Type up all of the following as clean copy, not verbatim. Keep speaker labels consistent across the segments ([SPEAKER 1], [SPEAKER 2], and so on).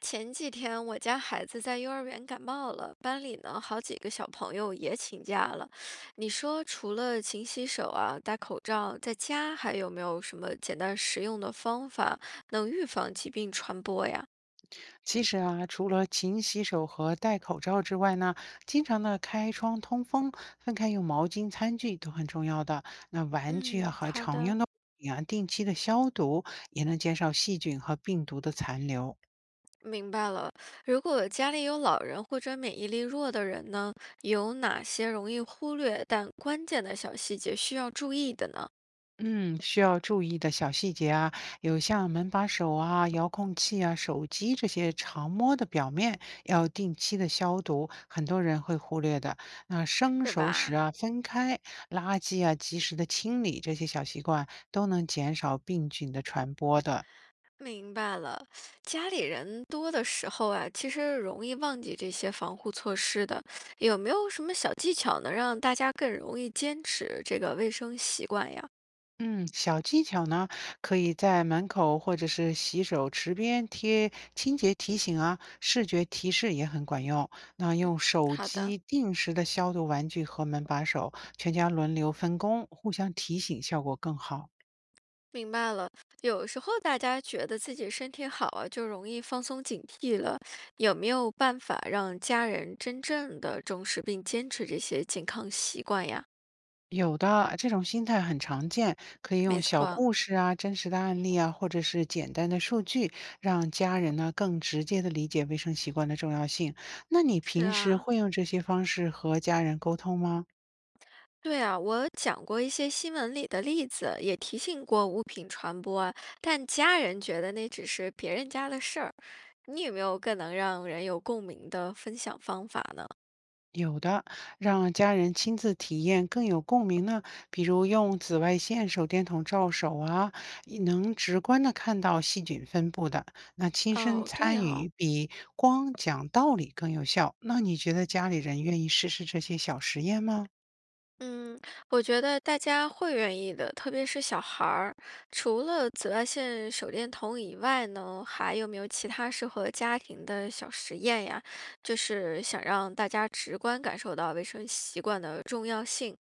[SPEAKER 1] 前几天我家孩子在幼儿园感冒了，班里呢好几个小朋友也请假了。你说除了勤洗手啊、戴口罩，在家还有没有什么简单实用的方法能预防疾病传播呀？
[SPEAKER 2] 其实啊，除了勤洗手和戴口罩之外呢，经常的开窗通风、分开用毛巾、餐具都很重要的。那玩具啊
[SPEAKER 1] 嗯，
[SPEAKER 2] 和
[SPEAKER 1] 好
[SPEAKER 2] 常用
[SPEAKER 1] 的。
[SPEAKER 2] 的物品啊，定期的消毒，也能减少细菌和病毒的残留。
[SPEAKER 1] 明白了，如果家里有老人或者免疫力弱的人呢，有哪些容易忽略但关键的小细节需要注意的呢？
[SPEAKER 2] 嗯，需要注意的小细节啊，有像门把手啊、遥控器啊、手机这些常摸的表面，要定期的消毒，很多人会忽略的。那生
[SPEAKER 1] 是
[SPEAKER 2] 熟食
[SPEAKER 1] 吧？
[SPEAKER 2] 啊分开，垃圾啊及时的清理，这些小习惯都能减少病菌的传播的。
[SPEAKER 1] 明白了，家里人多的时候啊，其实容易忘记这些防护措施的。有没有什么小技巧能让大家更容易坚持这个卫生习惯呀？
[SPEAKER 2] 嗯，小技巧呢，可以在门口或者是洗手池边贴清洁提醒啊，视觉提示也很管用。那
[SPEAKER 1] 嗯，
[SPEAKER 2] 用手
[SPEAKER 1] 好的，
[SPEAKER 2] 机定时的消毒玩具和门把手，全家轮流分工，互相提醒，效果更好。
[SPEAKER 1] 明白了。有时候大家觉得自己身体好啊，就容易放松警惕了。有没有办法让家人真正的重视并坚持这些健康习惯呀？
[SPEAKER 2] 有的这种心态很常见，可以用
[SPEAKER 1] 没
[SPEAKER 2] 小
[SPEAKER 1] 错，
[SPEAKER 2] 故事啊、真实的案例啊，或者是简单的数据，让家人呢更直接的理解卫生习惯的重要性。那你
[SPEAKER 1] 是
[SPEAKER 2] 平时
[SPEAKER 1] 啊。
[SPEAKER 2] 会用这些方式和家人沟通吗？
[SPEAKER 1] 对啊，我讲过一些新闻里的例子，也提醒过物品传播，但家人觉得那只是别人家的事儿。你有没有更能让人有共鸣的分享方法呢？
[SPEAKER 2] 有的，让家人亲自体验更有共鸣呢。比如用紫外线手电筒照手啊，也能直观的看到细菌分布的。那亲身
[SPEAKER 1] 哦，对
[SPEAKER 2] 参
[SPEAKER 1] 哦，
[SPEAKER 2] 与比光讲道理更有效。那你觉得家里人愿意试试这些小实验吗？
[SPEAKER 1] 嗯，我觉得大家会愿意的，特别是小孩儿。除了紫外线手电筒以外呢，还有没有其他适合家庭的小实验呀？就是想让大家直观感受到卫生习惯的重要性。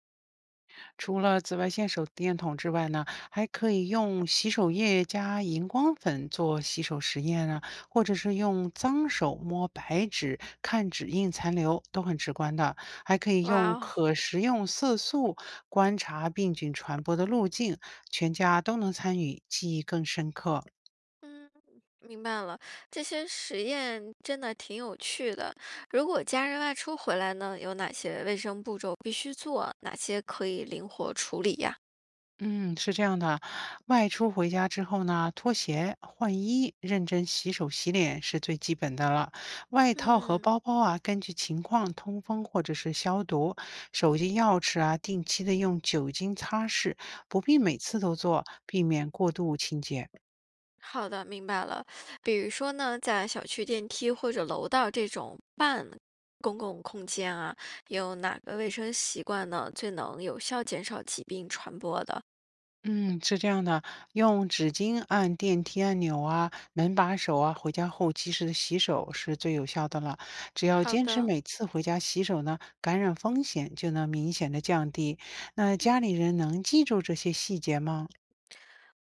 [SPEAKER 2] 除了紫外线手电筒之外呢，还可以用洗手液加荧光粉做洗手实验啊，或者是用脏手摸白纸看指印残留，都很直观的。还可以
[SPEAKER 1] 哇
[SPEAKER 2] 用
[SPEAKER 1] 哦，
[SPEAKER 2] 可食用色素观察病菌传播的路径，全家都能参与，记忆更深刻。
[SPEAKER 1] 嗯。明白了，这些实验真的挺有趣的。如果家人外出回来呢，有哪些卫生步骤必须做？哪些可以灵活处理呀？
[SPEAKER 2] 嗯，是这样的，外出回家之后呢，脱鞋、换衣、认真洗手洗脸是最基本的了。外套和
[SPEAKER 1] 嗯，
[SPEAKER 2] 包包啊，根据情况通风或者是消毒。手机、钥匙啊，定期的用酒精擦拭，不必每次都做，避免过度清洁。
[SPEAKER 1] 好的，明白了。比如说呢，在小区电梯或者楼道这种半公共空间啊，有哪个卫生习惯呢，最能有效减少疾病传播的？
[SPEAKER 2] 嗯，是这样的，用纸巾按电梯按钮啊，门把手啊，回家后及时的洗手是最有效的了。只要
[SPEAKER 1] 好
[SPEAKER 2] 坚持
[SPEAKER 1] 的，
[SPEAKER 2] 每次回家洗手呢，感染风险就能明显的降低。那家
[SPEAKER 1] 嗯。
[SPEAKER 2] 里人能记住这些细节吗？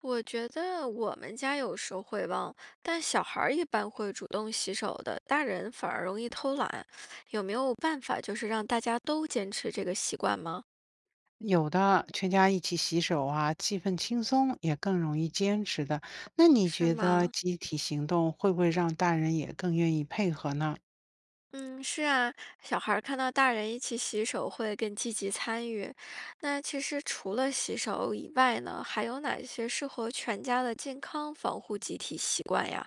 [SPEAKER 1] 我觉得我们家有时候会忘，但小孩儿一般会主动洗手的，大人反而容易偷懒。有没有办法，就是让大家都坚持这个习惯吗？
[SPEAKER 2] 有的，全家一起洗手啊，气氛轻松，也更容易坚持的。那你
[SPEAKER 1] 是
[SPEAKER 2] 觉得
[SPEAKER 1] 吗？
[SPEAKER 2] 集体行动会不会让大人也更愿意配合呢？
[SPEAKER 1] 嗯，是啊，小孩儿看到大人一起洗手会更积极参与。那其实除了洗手以外呢，还有哪些适合全家的健康防护集体习惯呀？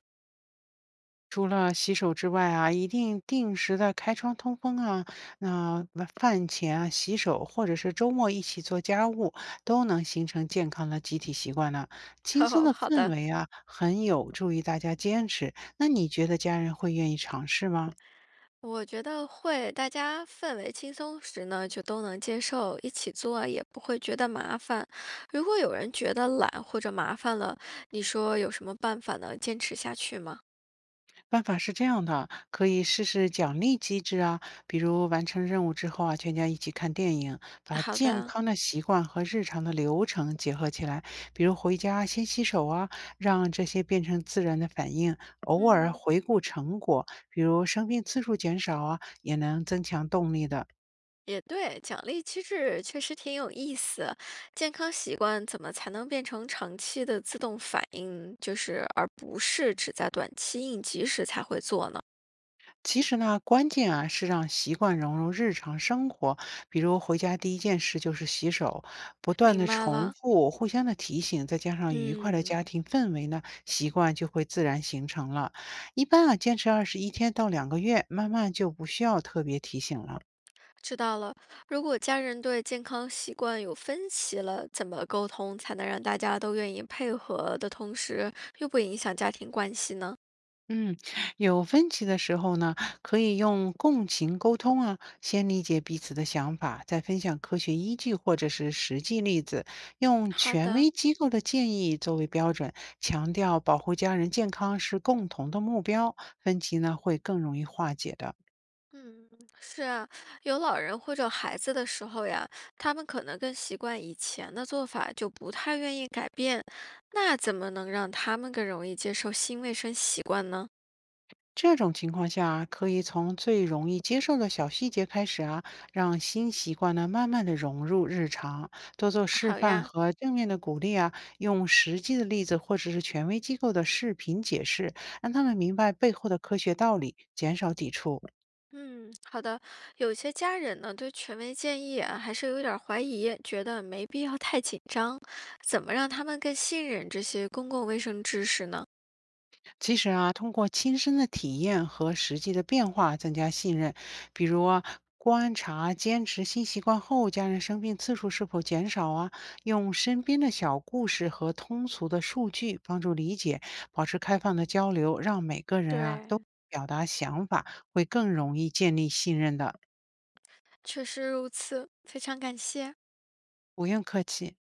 [SPEAKER 2] 除了洗手之外啊，一定定时的开窗通风啊。那晚饭前啊洗手，或者是周末一起做家务，都能形成健康的集体习惯呢。轻松
[SPEAKER 1] 哦，
[SPEAKER 2] 的
[SPEAKER 1] 好
[SPEAKER 2] 氛
[SPEAKER 1] 的。
[SPEAKER 2] 围啊，很有助于大家坚持。那你觉得家人会愿意尝试吗？
[SPEAKER 1] 我觉得会，大家氛围轻松时呢，就都能接受，一起做也不会觉得麻烦。如果有人觉得懒或者麻烦了，你说有什么办法能坚持下去吗？
[SPEAKER 2] 办法是这样的，可以试试奖励机制啊，比如完成任务之后啊，全家一起看电影，把
[SPEAKER 1] 好
[SPEAKER 2] 健
[SPEAKER 1] 的，
[SPEAKER 2] 康的习惯和日常的流程结合起来，比如回家先洗手啊，让这些变成自然的反应。偶尔
[SPEAKER 1] 嗯，
[SPEAKER 2] 回顾成果，比如生病次数减少啊，也能增强动力的。
[SPEAKER 1] 也对，奖励机制确实挺有意思。健康习惯怎么才能变成长期的自动反应，就是而不是只在短期应急时才会做呢？
[SPEAKER 2] 其实呢，关键啊是让习惯融入日常生活，比如回家第一件事就是洗手，不断
[SPEAKER 1] 明
[SPEAKER 2] 的
[SPEAKER 1] 白
[SPEAKER 2] 重
[SPEAKER 1] 了，
[SPEAKER 2] 复，互相的提醒，再加上愉快的
[SPEAKER 1] 嗯。
[SPEAKER 2] 家庭氛围呢，习惯就会自然形成了。一般啊，坚持21天到2个月，慢慢就不需要特别提醒了。
[SPEAKER 1] 知道了。如果家人对健康习惯有分歧了，怎么沟通才能让大家都愿意配合的同时，又不影响家庭关系呢？
[SPEAKER 2] 嗯，有分歧的时候呢，可以用共情沟通啊，先理解彼此的想法，再分享科学依据或者是实际例子，用
[SPEAKER 1] 好
[SPEAKER 2] 权
[SPEAKER 1] 的。
[SPEAKER 2] 威机构的建议作为标准，强调保护家人健康是共同的目标，分歧呢会更容易化解的。
[SPEAKER 1] 嗯，是啊，有老人或者孩子的时候呀，他们可能更习惯以前的做法，就不太愿意改变。那怎么能让他们更容易接受新卫生习惯呢？
[SPEAKER 2] 这种情况下，可以从最容易接受的小细节开始啊，让新习惯呢慢慢的融入日常，多做示
[SPEAKER 1] 好
[SPEAKER 2] 范
[SPEAKER 1] 呀，
[SPEAKER 2] 和正面的鼓励啊，用实际的例子或者是权威机构的视频解释，让他们明白背后的科学道理，减少抵触。
[SPEAKER 1] 嗯，好的。有些家人呢，对权威建议啊，还是有点儿怀疑，觉得没必要太紧张。怎么让他们更信任这些公共卫生知识呢？
[SPEAKER 2] 其实啊，通过亲身的体验和实际的变化增加信任，比如啊观察坚持新习惯后，家人生病次数是否减少啊？用身边的小故事和通俗的数据帮助理解，保持开放的交流，让每个人啊都
[SPEAKER 1] 对，
[SPEAKER 2] 表达想法，会更容易建立信任的。
[SPEAKER 1] 确实如此，非常感谢。
[SPEAKER 2] 不用客气。